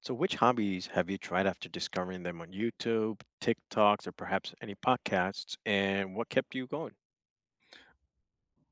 So, which hobbies have you tried after discovering them on YouTube, TikToks, or perhaps any podcasts? And what kept you going?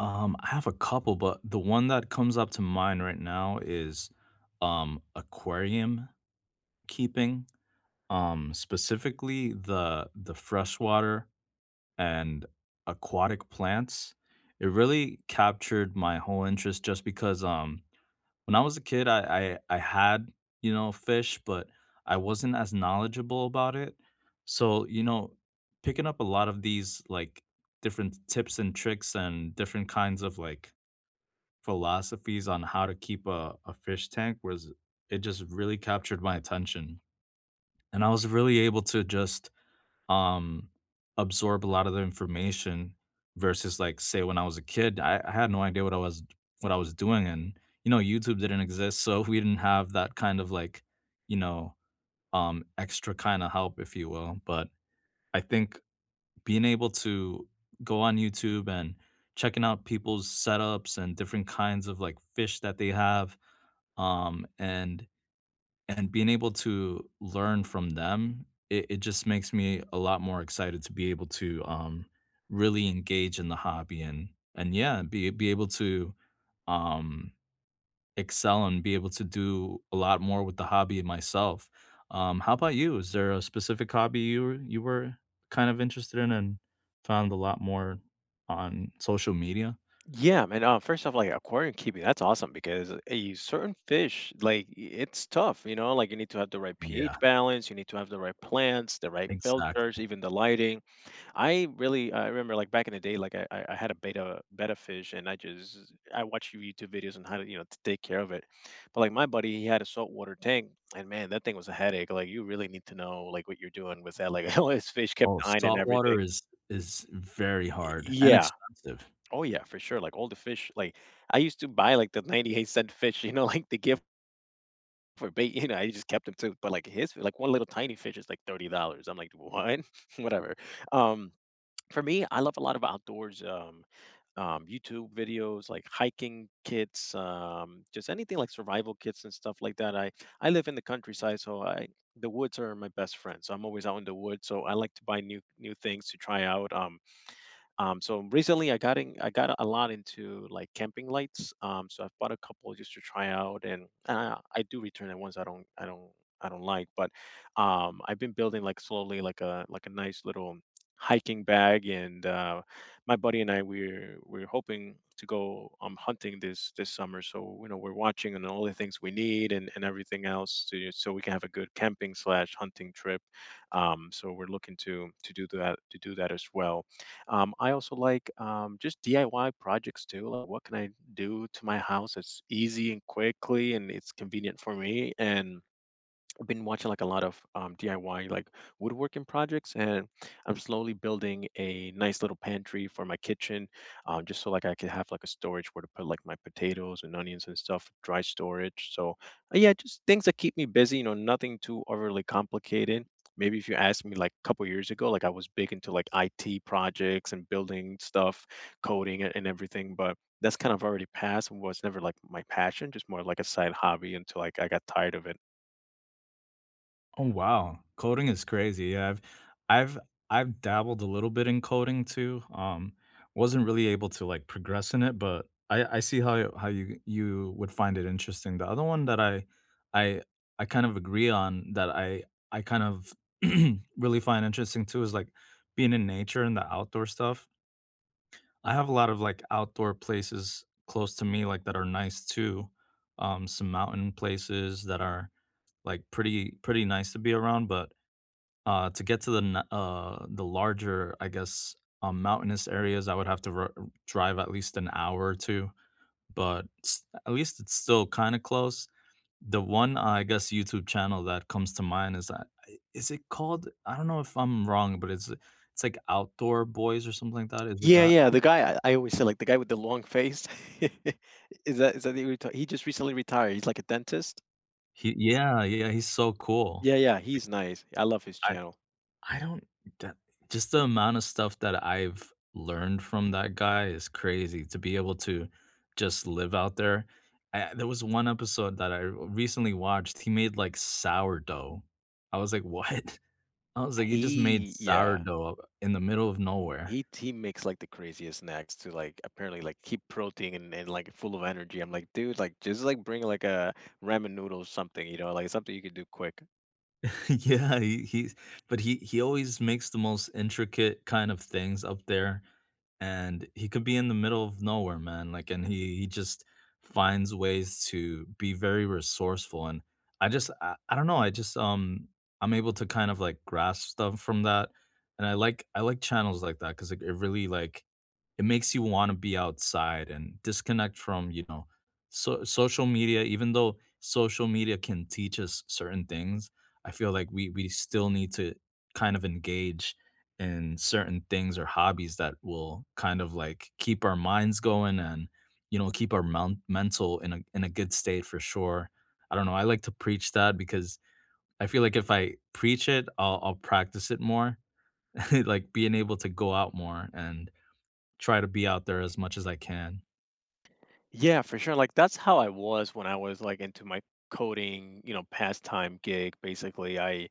I have a couple, but the one that comes up to mind right now is aquarium keeping. Specifically the freshwater and aquatic plants. It really captured my whole interest just because when I was a kid I had, you know, fish, but I wasn't as knowledgeable about it. So, you know, picking up a lot of these like different tips and tricks and different kinds of like philosophies on how to keep a fish tank was it just really captured my attention, and I was really able to just um absorb a lot of the information versus like say when I was a kid I had no idea what I was what I was doing. And you know YouTube didn't exist, so we didn't have that kind of like you know extra kind of help if you will. But I think being able to go on YouTube and checking out people's setups and different kinds of like fish that they have, um, and and being able to learn from them, it just makes me a lot more excited to be able to really engage in the hobby, and yeah, be able to um, excel and be able to do a lot more with the hobby myself. How about you? Is there a specific hobby you were kind of interested in and found a lot more on social media? Yeah, man. First off, like aquarium keeping, that's awesome because a certain fish, it's tough, you know, like you need to have the right pH Yeah. balance, you need to have the right plants, the right Exactly. filters, even the lighting. I remember like back in the day, like I had a beta betta fish, and I watched YouTube videos on how to you know to take care of it. But like my buddy, he had a saltwater tank, and man, that thing was a headache. Like you really need to know like what you're doing with that. Like all his fish kept Oh, dying and salt water everything. Is very hard and Yeah. expensive. Oh yeah, for sure. Like all the fish, like I used to buy like the 98-cent fish, you know, like the gift for bait, you know, I just kept them too. But like his like one little tiny fish is like $30. I'm like, what? Whatever. Um for me, I love a lot of outdoors. YouTube videos, like hiking kits, just anything like survival kits and stuff like that. I live in the countryside, so I the woods are my best friend. So I'm always out in the woods. So I like to buy new things to try out. So recently, I got a lot into like camping lights. So I've bought a couple just to try out, and I do return the ones I don't like. But I've been building like slowly like a nice little hiking bag, and my buddy and I we're hoping to go hunting this summer. So you know we're watching and all the things we need and everything else to so we can have a good camping slash hunting trip. So we're looking to do that as well. I also like just DIY projects too. Like, what can I do to my house that's easy and quickly and it's convenient for me? And I've been watching like a lot of DIY like woodworking projects, and I'm slowly building a nice little pantry for my kitchen, just so like I could have like a storage where to put like my potatoes and onions and stuff, dry storage. So yeah, just things that keep me busy. You know, nothing too overly complicated. Maybe if you asked me like a couple years ago, like I was big into like IT projects and building stuff, coding and everything, but that's kind of already passed and was never like my passion, just more like a side hobby until like I got tired of it. Oh, wow. Coding is crazy. Yeah, I've I've dabbled a little bit in coding too. Wasn't really able to like progress in it, but I see how you you would find it interesting. The other one that I I kind of agree on that I kind of really find interesting too is like being in nature and the outdoor stuff. I have a lot of like outdoor places close to me like that are nice too. Some mountain places that are like pretty nice to be around, but to get to the the larger, I guess, mountainous areas, I would have to drive at least an hour or two. But at least it's still kind of close. The one I guess YouTube channel that comes to mind is that is it called? I don't know if I'm wrong, but it's like Outdoor Boys or something like that. Is it Yeah, that? yeah, the guy I always say, like, the guy with the long face. Is that who he just recently retired, he's like a dentist. He yeah, yeah, he's so cool. Yeah, yeah, Like, he's nice. I love his I channel. I don't that just the amount of stuff that I've learned from that guy is crazy to be able to just live out there. I There was one episode that I recently watched, he made, like, sourdough. I was like, "What?" I was like, he just made He yeah, sourdough in the middle of nowhere." He makes, like, the craziest snacks to, like, apparently, like, keep protein and, like, full of energy. I'm like, "Dude, like, just, like, bring, like, a ramen noodle or something, you know, like, something you could do quick." Yeah, he always makes the most intricate kind of things up there, and he could be in the middle of nowhere, man. Like and he just finds ways to be very resourceful. And I just I don't know, I just I'm able to kind of like grasp stuff from that, and I like channels like that cuz it really like it makes you want to be outside and disconnect from, you know, so, social media. Even though social media can teach us certain things, I feel like we still need to kind of engage in certain things or hobbies that will kind of like keep our minds going, and you know keep our mount mental in a good state for sure. I don't know. I like to preach that because I feel like if I preach it, I'll practice it more. Like being able to go out more and try to be out there as much as I can. Yeah, for sure. Like that's how I was when I was like into my coding, you know, pastime gig. Basically, I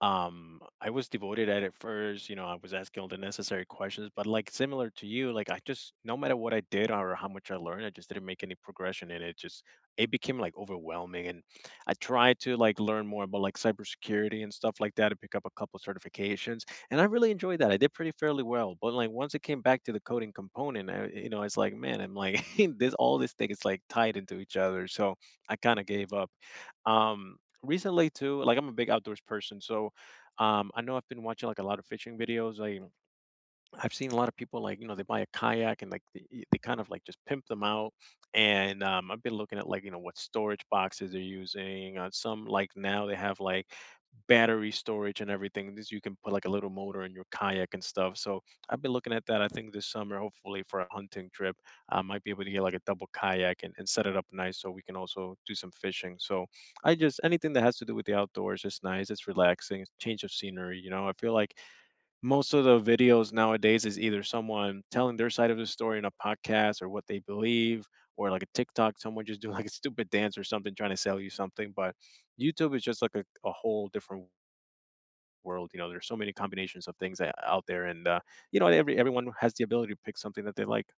um I was devoted at it first, you know, I was asking all the necessary questions, but like similar to you, like I just no matter what I did or how much I learned, I just didn't make any progression in it. Just it became like overwhelming and I tried to like learn more about like cybersecurity and stuff like that and pick up a couple certifications and I really enjoyed that. I did pretty fairly well, but, like, once it came back to the coding component, I you know, it's like, man, I'm like, this all this thing is, like, tied into each other, so I kinda gave up. Um, recently too, like, I'm a big outdoors person, so, I know I've been watching, like, a lot of fishing videos, like I've seen a lot of people like, you know, they buy a kayak and like they kind of like just pimp them out. And I've been looking at like, you know, what storage boxes they're using. On some, like now they have like battery storage and everything. This you can put like a little motor in your kayak and stuff. So I've been looking at that. I think this summer, hopefully for a hunting trip, I might be able to get like a double kayak and set it up nice so we can also do some fishing. So I just anything that has to do with the outdoors is nice. It's relaxing, it's change of scenery, you know. I feel like most of the videos nowadays is either someone telling their side of the story in a podcast or what they believe or like a TikTok, someone just doing like a stupid dance or something trying to sell you something. But YouTube is just like a whole different world. You know, there's so many combinations of things out there, and you know, everyone has the ability to pick something that they like.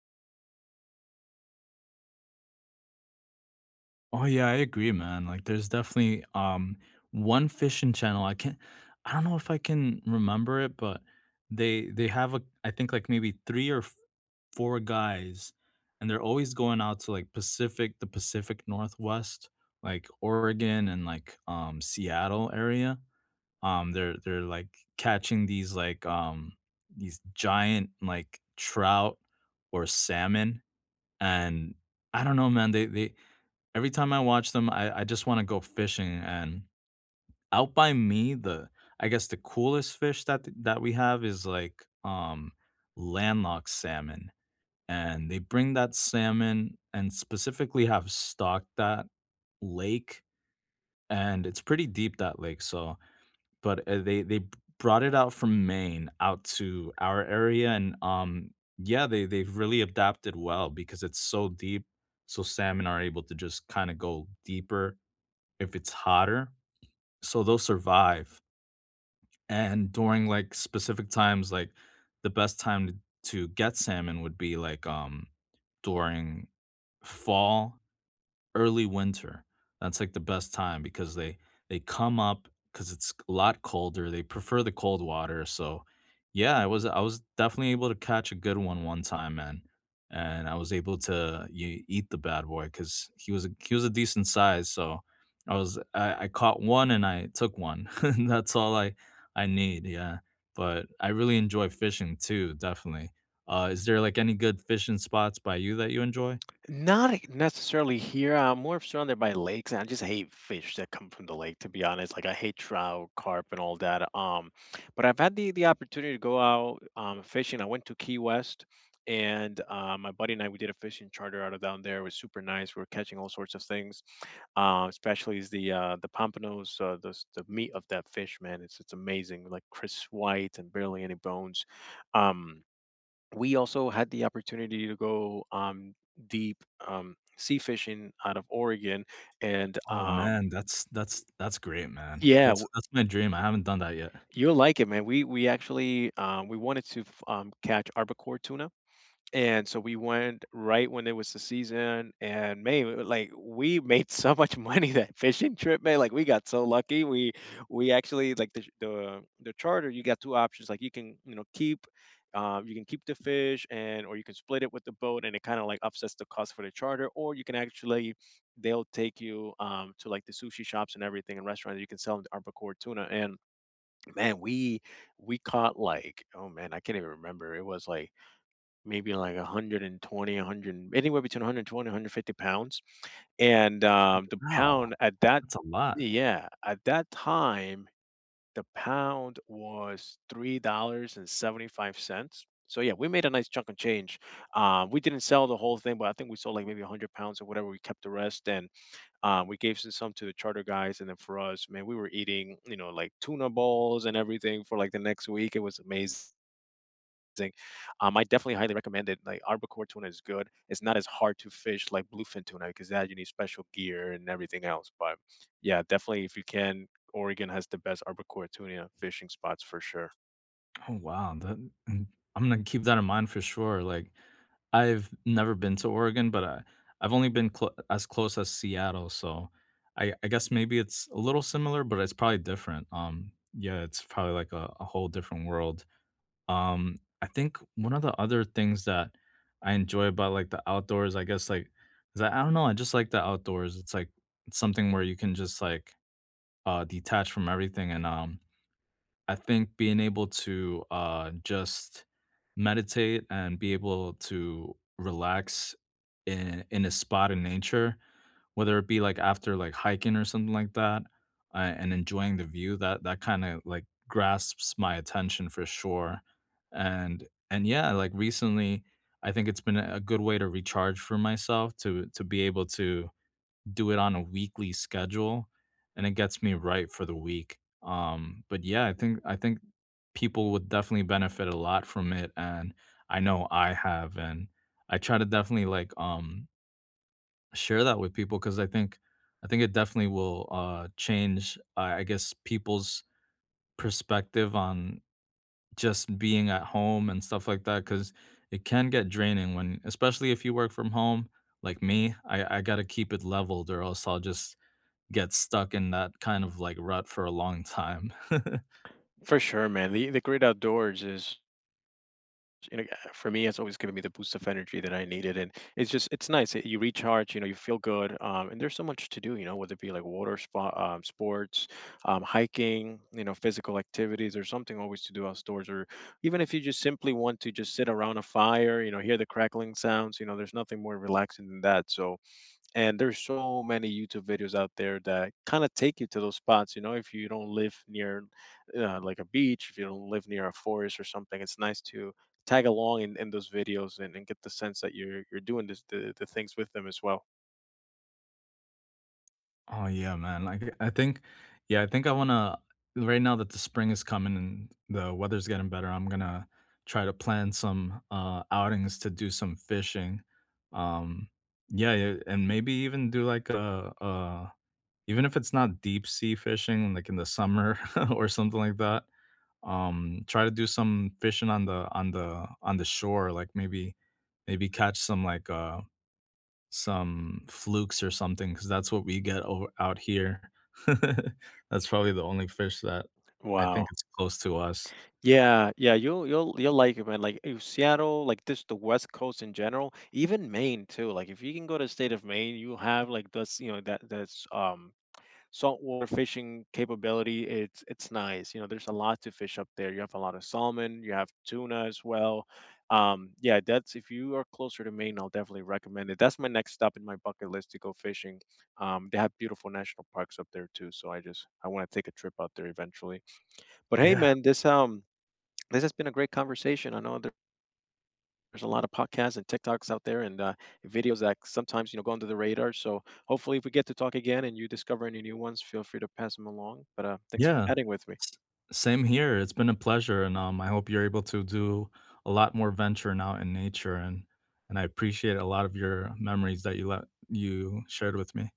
Oh yeah, I agree, man. Like there's definitely one fishing channel. I don't know if I can remember it, but they have a I think like maybe three or four guys, and they're always going out to like the Pacific Northwest, like Oregon and like Seattle area. They're like catching these like these giant like trout or salmon, and I don't know, man. They Every time I watch them, I just wanna go fishing. And out by me, the I guess the coolest fish that th that we have is, like, landlocked salmon, and they bring that salmon and specifically have stocked that lake, and it's pretty deep, that lake, so but, they b brought it out from Maine out to our area, and, yeah, they they've really adapted well because it's so deep, so salmon are able to just kinda go deeper if it's hotter, so they'll survive. And during, like, specific times, like, the best time to get salmon would be, like, during fall, early winter. That's like the best time because they come up because it's a lot colder. They prefer the cold water. So yeah, I was definitely able to catch a good one one time, man. And I was able to eat the bad boy because he was a decent size. So I caught one and I took one. and That's all I need. Yeah, but I really enjoy fishing too. Definitely. Is there like any good fishing spots by you that you enjoy? Not necessarily here. I'm more surrounded by lakes, and I just hate fish that come from the lake, to be honest. Like I hate trout, carp, and all that. But I've had the opportunity to go out fishing. I went to Key West, and my buddy and I we did a fishing charter out of down there. It was super nice. We were catching all sorts of things, especially is the pompanos, the meat of that fish, man. It's amazing, like crisp white and barely any bones. Um, we also had the opportunity to go deep sea fishing out of Oregon, and Oh, man, that's that's great, man. yeah, That's my dream, I haven't done that yet. you'll like it, man. We actually we wanted to catch arbacore tuna. And so we went right when it was the season, and man, like we made so much money that fishing trip, man. Like we got so lucky. We actually like the charter. You got two options. Like you can you know you can keep the fish, and or you can split it with the boat, and it kind of like offsets the cost for the charter. Or you can actually, they'll take you to like the sushi shops and everything and restaurants. You can sell them the arbacore tuna, and man, we caught like oh man, I can't even remember. It was like 120, 100, anywhere between 120, 150 pounds. And the Wow, pound at that, that's a lot. yeah, at that time, the pound was $3.75. So yeah, we made a nice chunk of change. We didn't sell the whole thing, but I think we sold like maybe 100 pounds or whatever. We kept the rest, and we gave some to the charter guys. And then for us, man, we were eating, you know, like tuna balls and everything for like the next week. It was amazing. I definitely highly recommend it. Like arbacore tuna is good. It's not as hard to fish like bluefin tuna because that you need special gear and everything else. But yeah, definitely if you can, Oregon has the best arbacore tuna fishing spots for sure. Oh, wow, that mm, I'm gonna keep that in mind for sure, like, I've never been to Oregon, but I've only been clo as close as Seattle, so I guess maybe it's a little similar, but it's probably different, yeah, it's probably like a whole different world. I think one of the other things that I enjoy about, like, the outdoors, I guess, like, is that I don't know, I just like the outdoors. It's, like, it's something where you can just, like, detach from everything, and, I think being able to, just meditate and be able to relax in a spot in nature, whether it be, like, after, like, hiking or something like that, and enjoying the view, that kinda, like, grasps my attention for sure. And yeah, like, recently, I think it's been a good way to recharge for myself to be able to do it on a weekly schedule, and it gets me right for the week, but yeah, I think people would definitely benefit a lot from it, and I know I have, and I try to definitely, like, share that with people because I think it definitely will change, I guess, people's perspective on just being at home and stuff like that. Because it can get draining when, especially if you work from home, like me. I gotta keep it leveled, or else I'll just get stuck in that kind of like rut for a long time. For sure, man. The great outdoors is you know, for me, it's always given me the boost of energy that I needed, and it's nice. You recharge, you know, you feel good, and there's so much to do, you know, whether it be like spa, sports, hiking, you know, physical activities, or something always to do outdoors, or even if you just simply want to just sit around a fire, you know, hear the crackling sounds, you know, there's nothing more relaxing than that. So and there's so many YouTube videos out there that kind of take you to those spots. You know, if you don't live near like a beach, if you don't live near a forest or something, it's nice to tag along in those videos and get the sense that you're doing the things with them as well. Oh yeah, man. Yeah, I think I wanna right now that the spring is coming and the weather's getting better. I'm gonna try to plan some outings to do some fishing. Um, yeah, yeah, and maybe even do like a even if it's not deep sea fishing, like in the summer or something like that. Try to do some fishing on the shore, like maybe catch some like some flukes or something, because that's what we get over out here. That's probably the only fish that I Wow. think it's close to us. Yeah, yeah, you'll like it, man. Like Seattle, like this, the West Coast in general, even Maine too. Like if you can go to the state of Maine, you have like this, you know, that's saltwater fishing capability, it's nice. You know, there's a lot to fish up there. You have a lot of salmon, you have tuna as well. Yeah, that's if you are closer to Maine, I'll definitely recommend it. That's my next stop in my bucket list to go fishing. They have beautiful national parks up there too, so I want to take a trip out there eventually. But hey, Yeah, man, this has been a great conversation. I know there's a lot of podcasts and TikToks out there and videos that sometimes you know go under the radar. So hopefully, if we get to talk again and you discover any new ones, feel free to pass them along. But thanks for yeah. chatting with me. S Same here, it's been a pleasure, and, I hope you're able to do a lot more venturing out in nature, and I appreciate a lot of your memories that you shared with me.